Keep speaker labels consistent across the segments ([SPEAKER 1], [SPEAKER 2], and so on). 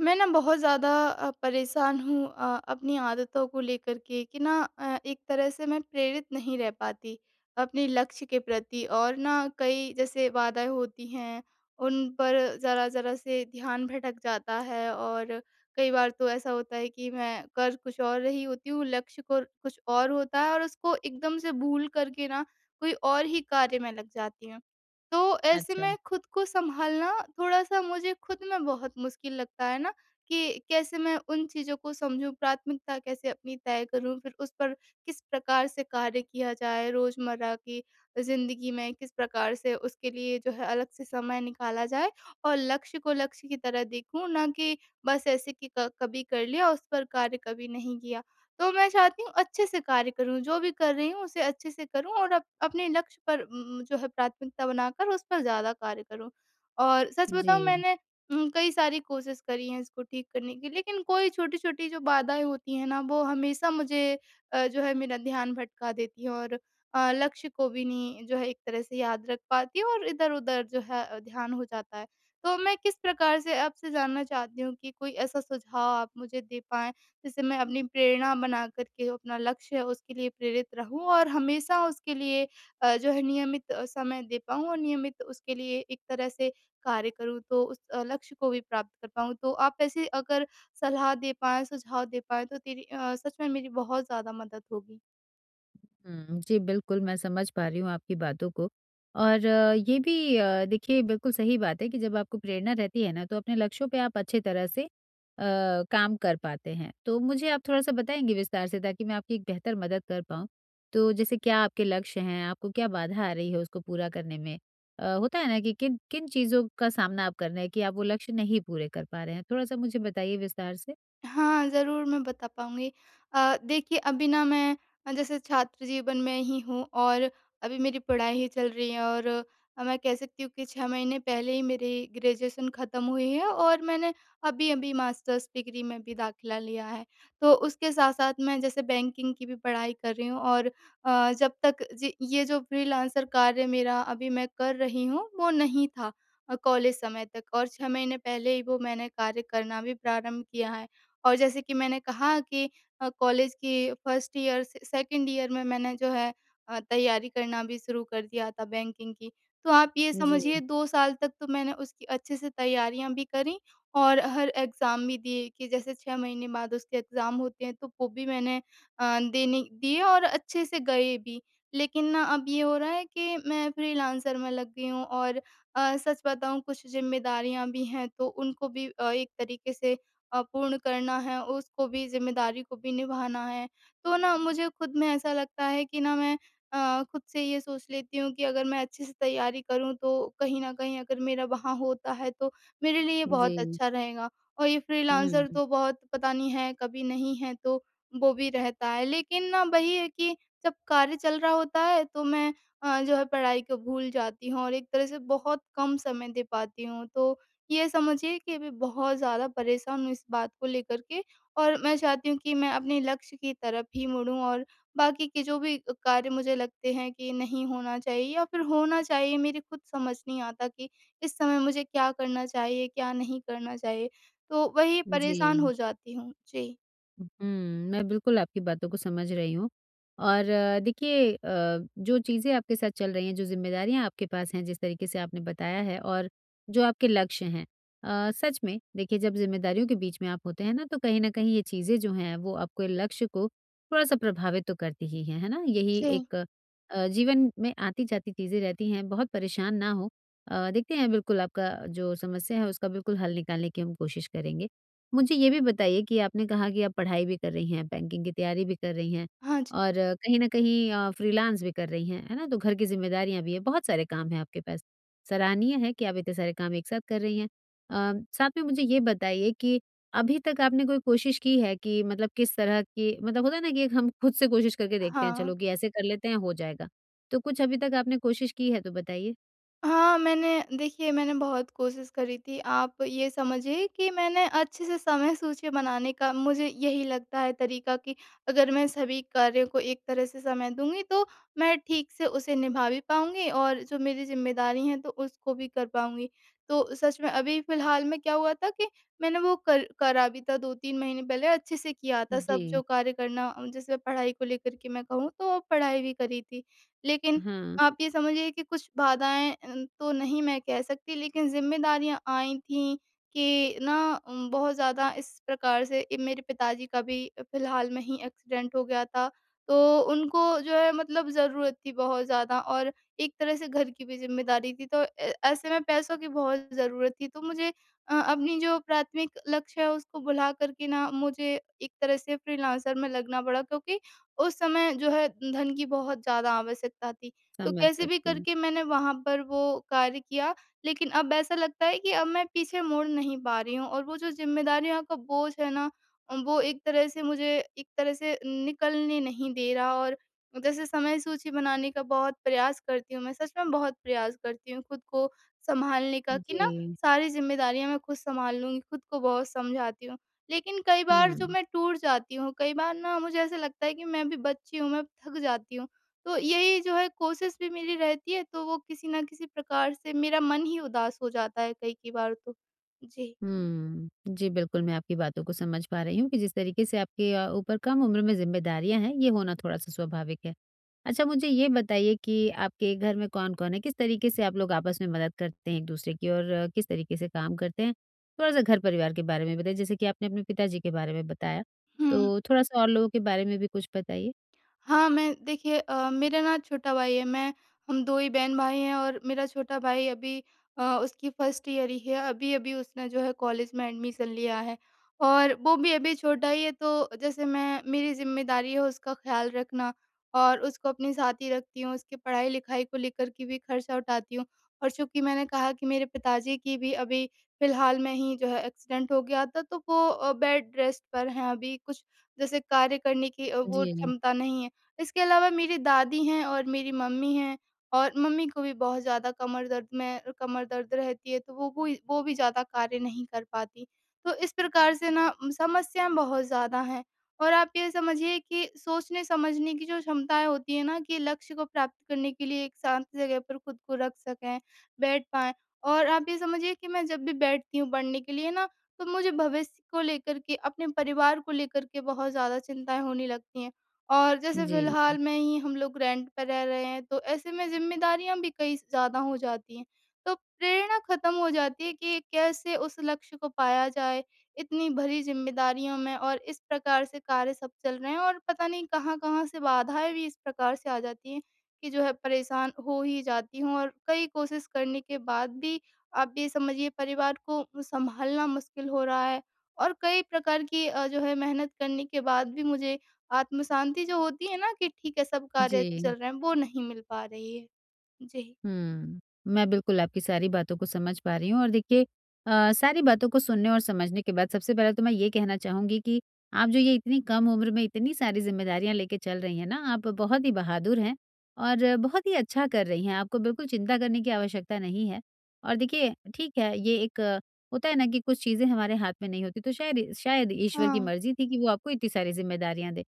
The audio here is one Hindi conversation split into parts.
[SPEAKER 1] मैं ना बहुत ज़्यादा परेशान हूँ, अपनी आदतों को लेकर के कि ना एक तरह से मैं प्रेरित नहीं रह पाती अपने लक्ष्य के प्रति, और ना कई जैसे बाधाएं होती हैं उन पर। ज़रा ज़रा से ध्यान भटक जाता है। और कई बार तो ऐसा होता है कि मैं कर कुछ और रही होती हूँ, लक्ष्य को कुछ और होता है और उसको एकदम से भूल करके ना कोई और ही कार्य में लग जाती हूँ। तो ऐसे
[SPEAKER 2] अच्छा,
[SPEAKER 1] में खुद को सँभालना थोड़ा-सा मुझे खुद में बहुत मुश्किल लगता है ना, कि कैसे मैं उन चीज़ों को समझूँ, प्राथमिकता कैसे अपनी तय करूँ, फिर उस पर किस प्रकार से कार्य किया जाए, रोज़मर्रा की ज़िंदगी में किस प्रकार से उसके लिए जो है अलग से समय निकाला जाए, और लक्ष्य को लक्ष्य की तरह देखूँ, ना कि बस ऐसे कि क कभी कर लिया, उस पर कार्य कभी नहीं किया। तो मैं चाहती हूँ अच्छे से कार्य करूँ, जो भी कर रही हूँ उसे अच्छे से करूँ और अप अपने लक्ष्य पर जो है प्राथमिकता बनाकर उस पर ज़्यादा कार्य करूँ। और सच बताऊँ
[SPEAKER 2] जी।
[SPEAKER 1] मैंने कई सारी कोशिश करी है इसको ठीक करने की, लेकिन कोई छोटी-छोटी जो बाधाएँ होती हैं ना वो हमेशा मुझे जो है मेरा ध्यान भटका देती हैं। और लक्ष्य को भी नहीं जो है एक तरह से याद रख पाती हूँ और इधर-उधर जो है ध्यान हो जाता है। तो मैं किस प्रकार से आपसे जानना चाहती हूँ कि कोई ऐसा सुझाव आप मुझे दे पाएँ जैसे मैं अपनी प्रेरणा बना कर के अपना लक्ष्य है उसके लिए प्रेरित रहूँ और हमेशा उसके लिए जो है नियमित समय दे पाऊँ और नियमित उसके लिए एक तरह से कार्य करूँ तो उस लक्ष्य को भी प्राप्त कर पाऊँ। तो आप ऐसे अगर सलाह दे पाएँ सुझाव दे पाएँ तो तेरी सच में मेरी बहुत ज़्यादा मदद होगी।
[SPEAKER 2] हुँ, जी, बिल्कुल मैं समझ पा रही हूँ आपकी बातों को और ये भी देखिए बिल्कुल सही बात है कि जब आपको प्रेरणा रहती है ना, तो अपने लक्ष्यों पे आप अच्छी तरह से काम कर पाते हैं। तो मुझे आप थोड़ा-सा बताएँगे विस्तार से ताकि मैं आपकी एक बेहतर मदद कर पाऊँ? तो जैसे क्या आपके लक्ष्य हैं? आपको क्या बाधा आ रही है उसको पूरा करने में? होता है ना कि किन किन चीज़ों का सामना आप कर रहे हैं कि आप वो लक्ष्य नहीं पूरे कर पा रहे हैं? थोड़ा-सा मुझे बताइए विस्तार से।
[SPEAKER 1] हाँ, ज़रूर मैं बता पाऊँगी। देखिए अभी ना मैं जैसे छात्र जीवन में ही हूँ और अभी मेरी पढ़ाई ही चल रही है। और मैं कह सकती हूँ कि 6 महीने पहले ही मेरी ग्रेजुएशन ख़त्म हुई है और मैंने अभी-अभी मास्टर्स डिग्री में भी दाखिला लिया है। तो उसके साथ-साथ मैं जैसे बैंकिंग की भी पढ़ाई कर रही हूँ। और जब तक जी ये जो फ्रीलांसर कार्य मेरा अभी मैं कर रही हूँ, वो नहीं था कॉलेज समय तक, और 6 महीने पहले ही वो मैंने कार्य करना भी प्रारंभ किया है। और जैसे कि मैंने कहा कि कॉलेज की फर्स्ट ईयर से सेकंड ईयर में मैंने जो है तैयारी करना भी शुरू कर दिया था बैंकिंग की। तो आप ये
[SPEAKER 2] जी,
[SPEAKER 1] समझिए 2 साल तक तो मैंने उसकी अच्छे से तैयारियाँ भी करी, और हर एग्ज़ाम भी दिए कि जैसे 6 महीने बाद उसके एग्ज़ाम होते हैं तो वो भी मैंने देने दिए और अच्छे से गए भी। लेकिन ना अब ये हो रहा है कि मैं फ्रीलांसर में लग गई हूँ और सच बताऊँ कुछ ज़िम्मेदारियाँ भी हैं तो उनको भी एक तरीके से पूर्ण करना है, उसको भी ज़िम्मेदारी को भी निभाना है। तो ना मुझे खुद में ऐसा लगता है कि ना मैं खुद से ये सोच लेती हूँ कि अगर मैं अच्छे से तैयारी करूँ तो कहीं न कहीं अगर मेरा वहाँ होता है तो मेरे लिए
[SPEAKER 2] जी।
[SPEAKER 1] बहुत अच्छा रहेगा। और ये
[SPEAKER 2] हुँ,
[SPEAKER 1] फ्रीलांसर तो बहुत पता नहीं है, कभी नहीं है तो वो भी रहता है। लेकिन ना वही है कि जब कार्य चल रहा होता है तो मैं जो है पढ़ाई को भूल जाती हूँ और एक तरह से बहुत कम समय दे पाती हूँ। तो ये समझिए कि अभी बहुत ज़्यादा परेशान हूँ इस बात को लेकर के। और मैं चाहती हूँ कि मैं अपने लक्ष्य की तरफ ही मुड़ूँ, और बाकी के जो भी कार्य मुझे लगते हैं कि नहीं होना चाहिए या फिर होना चाहिए मेरी खुद समझ नहीं आता कि इस समय मुझे क्या करना चाहिए, क्या नहीं करना चाहिए। तो वही
[SPEAKER 2] जी।
[SPEAKER 1] परेशान हो जाती हूँ। जी।
[SPEAKER 2] हुँ, मैं बिल्कुल आपकी बातों को समझ रही हूँ और देखिए जो चीज़ें आपके साथ चल रही हैं, जो ज़िम्मेदारियाँ आपके पास हैं, जिस तरीके से आपने बताया है और जो आपके लक्ष्य हैं सच में देखिए जब ज़िम्मेदारियों के बीच में आप होते हैं ना, तो कहीं न कहीं ये चीज़ें जो हैं वो आपके लक्ष्य को थोड़ा-सा प्रभावित तो करती ही हैं, है ना? यही
[SPEAKER 1] जी।
[SPEAKER 2] एक जीवन में आती-जाती चीज़ें रहती हैं, बहुत परेशान ना हों। देखते हैं बिल्कुल आपका जो समस्या है उसका बिल्कुल हल निकालने की हम कोशिश करेंगे। मुझे ये भी बताइए कि आपने कहा कि आप पढ़ाई भी कर रही हैं, बैंकिंग की तैयारी भी कर रही हैं
[SPEAKER 1] हाँ, जी।
[SPEAKER 2] और कहीं न कहीं फ्रीलांस भी कर रही हैं, है ना? तो घर की ज़िम्मेदारियाँ भी हैं, बहुत सारे काम हैं आपके पास। सराहनीय है कि आप इतने सारे काम एक साथ कर रही हैं। साथ में मुझे ये बताइए कि अभी तक आपने कोई कोशिश की है कि मतलब किस तरह की मतलब होता है ना कि एक हम खुद से कोशिश करके देखते हैं,
[SPEAKER 1] हाँ।
[SPEAKER 2] चलो कि ऐसे कर लेते हैं, हो जाएगा। तो कुछ अभी तक आपने कोशिश की है तो बताइए?
[SPEAKER 1] हाँ, मैंने देखिए मैंने बहुत कोशिश करी थी। आप ये समझिए कि मैंने अच्छे से समय सूची बनाने का मुझे यही लगता है तरीका कि अगर मैं सभी कार्यों को एक तरह से समय दूँगी तो मैं ठीक से उसे निभा भी पाऊँगी और जो मेरी ज़िम्मेदारी है तो उसको भी कर पाऊँगी। तो सच में अभी फ़िलहाल में क्या हुआ था कि मैंने वो कर करा भी था 2-3 महीने पहले, अच्छे से किया था
[SPEAKER 2] जी।
[SPEAKER 1] सब जो कार्य करना, जैसे पढ़ाई को लेकर के मैं कहूँ तो पढ़ाई भी करी थी। लेकिन
[SPEAKER 2] हाँ,
[SPEAKER 1] आप ये समझिए कि कुछ बाधाएँ तो नहीं मैं कह सकती लेकिन ज़िम्मेदारियाँ आई थी कि ना बहुत ज़्यादा इस प्रकार से मेरे पिताजी का भी फ़िलहाल में ही एक्सीडेंट हो गया था। तो उनको जो है मतलब ज़रूरत थी बहुत ज़्यादा और एक तरह से घर की भी ज़िम्मेदारी थी, तो ए ऐसे में पैसों की बहुत ज़रूरत थी। तो मुझे अपनी जो प्राथमिक लक्ष्य है उसको भुला कर के ना मुझे एक तरह से फ्रीलांसर में लगना पड़ा क्योंकि उस समय जो है धन की बहुत ज़्यादा आवश्यकता थी। तो
[SPEAKER 2] समझ
[SPEAKER 1] कैसे भी
[SPEAKER 2] सकती हूँ।
[SPEAKER 1] करके मैंने वहाँ पर वो कार्य किया। लेकिन अब ऐसा लगता है कि अब मैं पीछे मुड़ नहीं पा रही हूँ और वो जो ज़िम्मेदारियों का बोझ है ना, वो एक तरह से मुझे एक तरह से निकलने नहीं दे रहा। और जैसे समय सूची बनाने का बहुत प्रयास करती हूँ मैं, सच में बहुत प्रयास करती हूँ खुद को सँभालने का कि ना
[SPEAKER 2] जी,
[SPEAKER 1] सारी ज़िम्मेदारियाँ मैं खुद सँभाल लूँगी, खुद को बहुत समझाती हूँ। लेकिन कई बार जो
[SPEAKER 2] हुँ।
[SPEAKER 1] मैं टूट जाती हूँ, कई बार ना मुझे ऐसा लगता है कि मैं भी बच्ची हूँ, मैं थक जाती हूँ। तो यही जो है कोशिश भी मेरी रहती है तो वो किसी न किसी प्रकार से मेरा मन ही उदास हो जाता है कई-कई बार तो। जी।
[SPEAKER 2] हुँ। जी, बिल्कुल, मैं आपकी बातों को समझ पा रही हूँ कि जिस तरीके से आपके ऊपर कम उम्र में ज़िम्मेदारियाँ हैं, ये होना थोड़ा-सा स्वाभाविक है। अच्छा मुझे ये बताइए कि आपके घर में कौन-कौन है? किस तरीके से आप लोग आपस में मदद करते हैं एक-दूसरे की और किस तरीके से काम करते हैं? थोड़ा-सा घर-परिवार के बारे में बताइए, जैसे कि आपने अपने पिताजी के बारे में बताया,
[SPEAKER 1] हुँ।
[SPEAKER 2] तो थोड़ा-सा और लोगों के बारे में भी कुछ बताइए?
[SPEAKER 1] हाँ, मैं देखिए मेरा ना छोटा भाई है, मैं हम 2 ही बहन-भाई हैं और मेरा छोटा भाई अभी उसकी फर्स्ट ईयर ही है, अभी-अभी उसने जो है कॉलेज में एडमिशन लिया है और वो भी अभी छोटा ही है, तो जैसे मैं मेरी ज़िम्मेदारी है उसका ख़्याल रखना और उसको अपने साथ ही रखती हूँ, उसकी पढ़ाई-लिखाई को लेकर के भी खर्चा उठाती हूँ। और चूँकि मैंने कहा कि मेरे पिताजी की भी अभी फ़िलहाल में ही जो है एक्सीडेंट हो गया था, तो वो बेड रेस्ट पर हैं अभी, कुछ जैसे कार्य करने की वो
[SPEAKER 2] जी,
[SPEAKER 1] क्षमता नहीं है। इसके अलावा मेरी दादी हैं और मेरी मम्मी हैं और मम्मी को भी बहुत ज़्यादा कमर दर्द रहती है, तो वो भी ज़्यादा कार्य नहीं कर पाती। तो इस प्रकार से ना समस्याएँ बहुत ज़्यादा हैं, और आप ये समझिए कि सोचने-समझने की जो क्षमताएँ होती हैं ना कि लक्ष्य को प्राप्त करने के लिए एक शांत जगह पर खुद को रख सकें, बैठ पाएँ। और आप ये समझिए कि मैं जब भी बैठती हूँ पढ़ने के लिए ना, तो मुझे भविष्य को लेकर के, अपने परिवार को लेकर के बहुत ज़्यादा चिंताएँ होने लगती हैं। और जैसे
[SPEAKER 2] जी,
[SPEAKER 1] फ़िलहाल में ही हम लोग रेंट पे रह रहे हैं, तो ऐसे में ज़िम्मेदारियाँ भी कई ज़्यादा हो जाती हैं। तो प्रेरणा ख़त्म हो जाती है कि कैसे उस लक्ष्य को पाया जाए, इतनी भरी ज़िम्मेदारियों में और इस प्रकार से कार्य सब चल रहे हैं और पता नहीं कहाँ-कहाँ से बाधाएँ भी इस प्रकार से आ जाती हैं कि जो है परेशान हो ही जाती हूँ। और कई कोशिश करने के बाद भी आप ये समझिए परिवार को सँभालना मुश्किल हो रहा है, और कई प्रकार की जो है मेहनत करने के बाद भी मुझे आत्म शांति जो होती है ना कि ठीक है सब कार्य अच्छे चल
[SPEAKER 2] जी।
[SPEAKER 1] रहे हैं, वो नहीं मिल पा रही है। जी।
[SPEAKER 2] हुँ। मैं बिल्कुल आपकी सारी बातों को समझ पा रही हूँ और देखिए सारी बातों को सुनने और समझने के बाद सबसे पहले तो मैं ये कहना चाहूँगी कि आप जो ये इतनी कम उम्र में इतनी सारी ज़िम्मेदारियाँ लेके चल रही हैं ना, आप बहुत ही बहादुर हैं और बहुत ही अच्छा कर रही हैं। आपको बिल्कुल चिंता करने की आवश्यकता नहीं है। और देखिए ठीक है, ये एक होता है ना कि कुछ चीज़ें हमारे हाथ में नहीं होती, तो शायद शायद ईश्वर की
[SPEAKER 1] हाँ,
[SPEAKER 2] मर्ज़ी थी कि वो आपको इतनी सारी ज़िम्मेदारियाँ दे।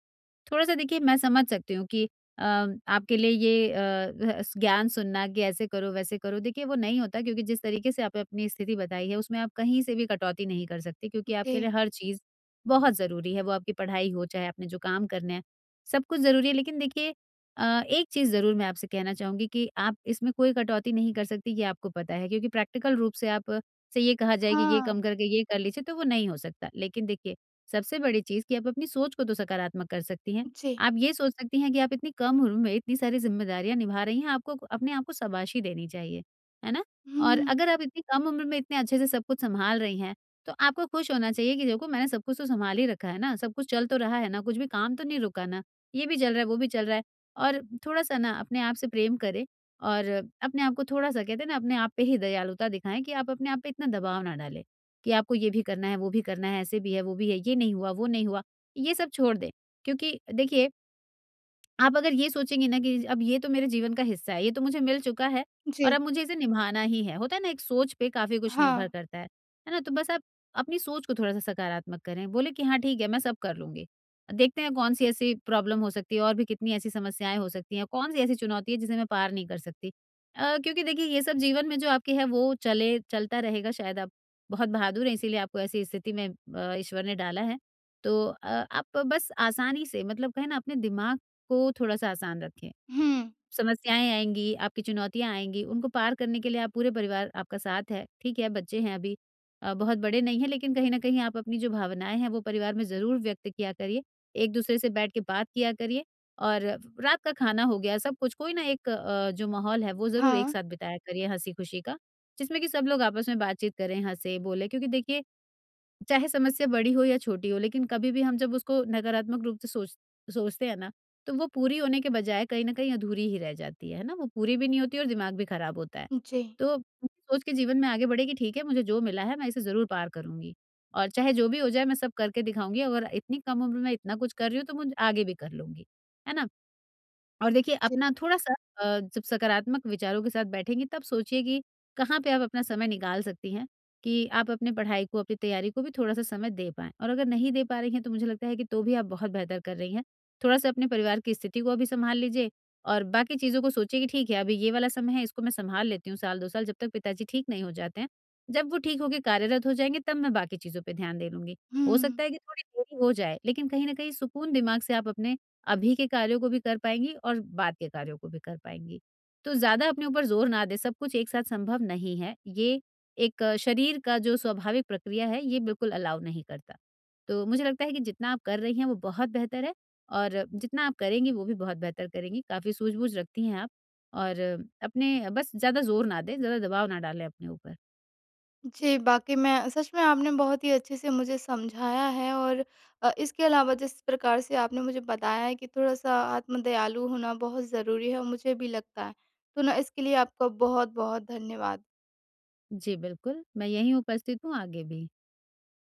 [SPEAKER 2] थोड़ा-सा देखिए मैं समझ सकती हूँ कि अ, आपके लिए ये स ज्ञान सुनना कि ऐसे करो, वैसे करो, देखिए वो नहीं होता क्योंकि जिस तरीके से आपने अपनी स्थिति बताई है उसमें आप कहीं से भी कटौती नहीं कर सकते क्योंकि आपके
[SPEAKER 1] जी।
[SPEAKER 2] लिए हर चीज़ बहुत ज़रूरी है। वो आपकी पढ़ाई हो, चाहे आपने जो काम करने हैं, सब कुछ ज़रूरी है। लेकिन देखिए एक चीज़ ज़रूर मैं आपसे कहना चाहूँगी कि आप इसमें कोई कटौती नहीं कर सकती ये आपको पता है क्योंकि प्रैक्टिकल रूप से आप से ये कहा जाए कि ये
[SPEAKER 1] हाँ,
[SPEAKER 2] कम करके ये कर लीजिए तो वो नहीं हो सकता। लेकिन देखिए सबसे बड़ी चीज़ कि आप अपनी सोच को तो सकारात्मक कर सकती हैं।
[SPEAKER 1] जी।
[SPEAKER 2] आप ये सोच सकती हैं कि आप इतनी कम उम्र में इतनी सारी ज़िम्मेदारियाँ निभा रही हैं, आपको अपने आप को शाबाशी देनी चाहिए। है ना? और
[SPEAKER 1] हुँ,
[SPEAKER 2] अगर आप इतनी कम उम्र में इतने अच्छे से सब कुछ सँभाल रही हैं, तो आपको खुश होना चाहिए कि देखो मैंने सब कुछ तो सँभाल ही रखा है ना, सब कुछ चल तो रहा है ना, कुछ भी काम तो नहीं रुका ना। ये भी चल रहा है, वो भी चल रहा है और थोड़ा-सा ना अपने आप से प्रेम करें और अपने आप को थोड़ा-सा कहते हैं ना अपने आप पे ही दयालुता दिखाएँ कि आप अपने आप पे इतना दबाव ना डालें। कि आपको ये भी करना है, वो भी करना है, ऐसे भी है, वो भी है, ये नहीं हुआ, वो नहीं हुआ, ये सब छोड़ दें। क्योंकि देखिए आप अगर ये सोचेंगी ना कि अब ये तो मेरे जीवन का हिस्सा है, ये तो मुझे मिल चुका है और
[SPEAKER 1] जी।
[SPEAKER 2] अब मुझे इसे निभाना ही है। होता है ना एक सोच पे काफ़ी कुछ
[SPEAKER 1] हाँ।
[SPEAKER 2] निर्भर करता है ना? तो बस आप अपनी सोच को थोड़ा-सा सकारात्मक करें, बोले कि हाँ ठीक है, मैं सब कर लूँगी। देखते हैं कौन-सी ऐसी प्रॉब्लम हो सकती है और भी कितनी ऐसी समस्याएँ हो सकती हैं, कौन-सी ऐसी चुनौती है जिसे मैं पार नहीं कर सकती। क्योंकि देखिए ये सब जीवन में जो आपके है वो चले चलता रहेगा शायद आप बहुत बहादुर हैं इसीलिए आपको ऐसी स्थिति में ईश्वर ने डाला है। तो आप बस आसानी से मतलब कहे ना अपने दिमाग को थोड़ा-सा आसान रखें।
[SPEAKER 1] हुँ,
[SPEAKER 2] समस्याएँ आएँगी, आपकी चुनौतियाँ आएँगी, उनको पार करने के लिए आप पूरे परिवार आपका साथ है, ठीक है, बच्चे हैं अभी बहुत बड़े नहीं हैं लेकिन कहीं न कहीं आप अपनी जो भावनाएँ हैं वो परिवार में ज़रूर व्यक्त किया करिए। एक-दूसरे से बैठ के बात किया करिए और रात का खाना हो गया, सब कुछ, कोई ना एक जो माहौल है वो ज़रूर एक
[SPEAKER 1] हाँ।
[SPEAKER 2] साथ बिताया करिए हँसी-खुशी का, जिसमें कि सब लोग आपस में बातचीत करें, हँसे, बोले क्योंकि देखिए चाहे समस्या बड़ी हो या छोटी हो, लेकिन कभी भी हम जब उसको नकारात्मक रूप से सोचते हैं ना, तो वो पूरी होने के बजाय कहीं न कहीं अधूरी ही रह जाती है ना? वो पूरी भी नहीं होती और दिमाग भी खराब होता है।
[SPEAKER 1] जी,
[SPEAKER 2] तो ये सोच के जीवन में आगे बढ़े कि ठीक है, मुझे जो मिला है मैं इसे ज़रूर पार करूँगी और चाहे जो भी हो जाए मैं सब करके दिखाऊँगी, अगर इतनी कम उम्र में इतना कुछ कर रही हूँ तो मुझे आगे भी कर लूँगी, है ना? और देखिए
[SPEAKER 1] जी।
[SPEAKER 2] अपना थोड़ा-सा जब सकारात्मक विचारों के साथ बैठेंगी तब सोचिए कि कहाँ पे आप अपना समय निकाल सकती हैं, कि आप अपने पढ़ाई को, अपनी तैयारी को भी थोड़ा-सा समय दे पाएँ। और अगर नहीं दे पा रही हैं तो मुझे लगता है कि तो भी आप बहुत बेहतर कर रही हैं। थोड़ा-सा अपने परिवार की स्थिति को अभी संभाल लीजिए और बाकी चीज़ों को सोचिए कि ठीक है अभी ये वाला समय है इसको मैं संभाल लेती हूँ साल 2 साल जब तक पिताजी ठीक नहीं हो जाते हैं। जब वो ठीक होके कार्यरत हो जाएँगे तब मैं बाकी चीज़ों पे ध्यान दे लूँगी। हो
[SPEAKER 1] हुँ।
[SPEAKER 2] सकता है कि थोड़ी देरी हो जाए लेकिन कहीं न कहीं सुकून दिमाग से आप अपने अभी के कार्यों को भी कर पाएँगी और बाद के कार्यों को भी कर पाएँगी। तो ज़्यादा अपने ऊपर ज़ोर ना दें, सब कुछ एक साथ संभव नहीं है। ये एक शरीर का जो स्वाभाविक प्रक्रिया है, ये बिल्कुल अलाउ नहीं करता। तो मुझे लगता है कि जितना आप कर रही हैं, वो बहुत बेहतर है और जितना आप करेंगी, वो भी बहुत बेहतर करेंगी। काफ़ी सूझबूझ रखती हैं आप और अपने बस ज़्यादा ज़ोर ना दें, ज़्यादा दबाव ना डालें अपने ऊपर।
[SPEAKER 1] जी, बाक़ई मैं सच में आपने बहुत ही अच्छे से मुझे समझाया है, और इसके अलावा जिस प्रकार से आपने मुझे बताया है कि थोड़ा-सा आत्म दयालु होना बहुत ज़रूरी है और मुझे भी लगता है। तो ना इसके लिए आपका बहुत-बहुत धन्यवाद।
[SPEAKER 2] जी, बिल्कुल, मैं यहीं उपस्थित हूँ आगे भी।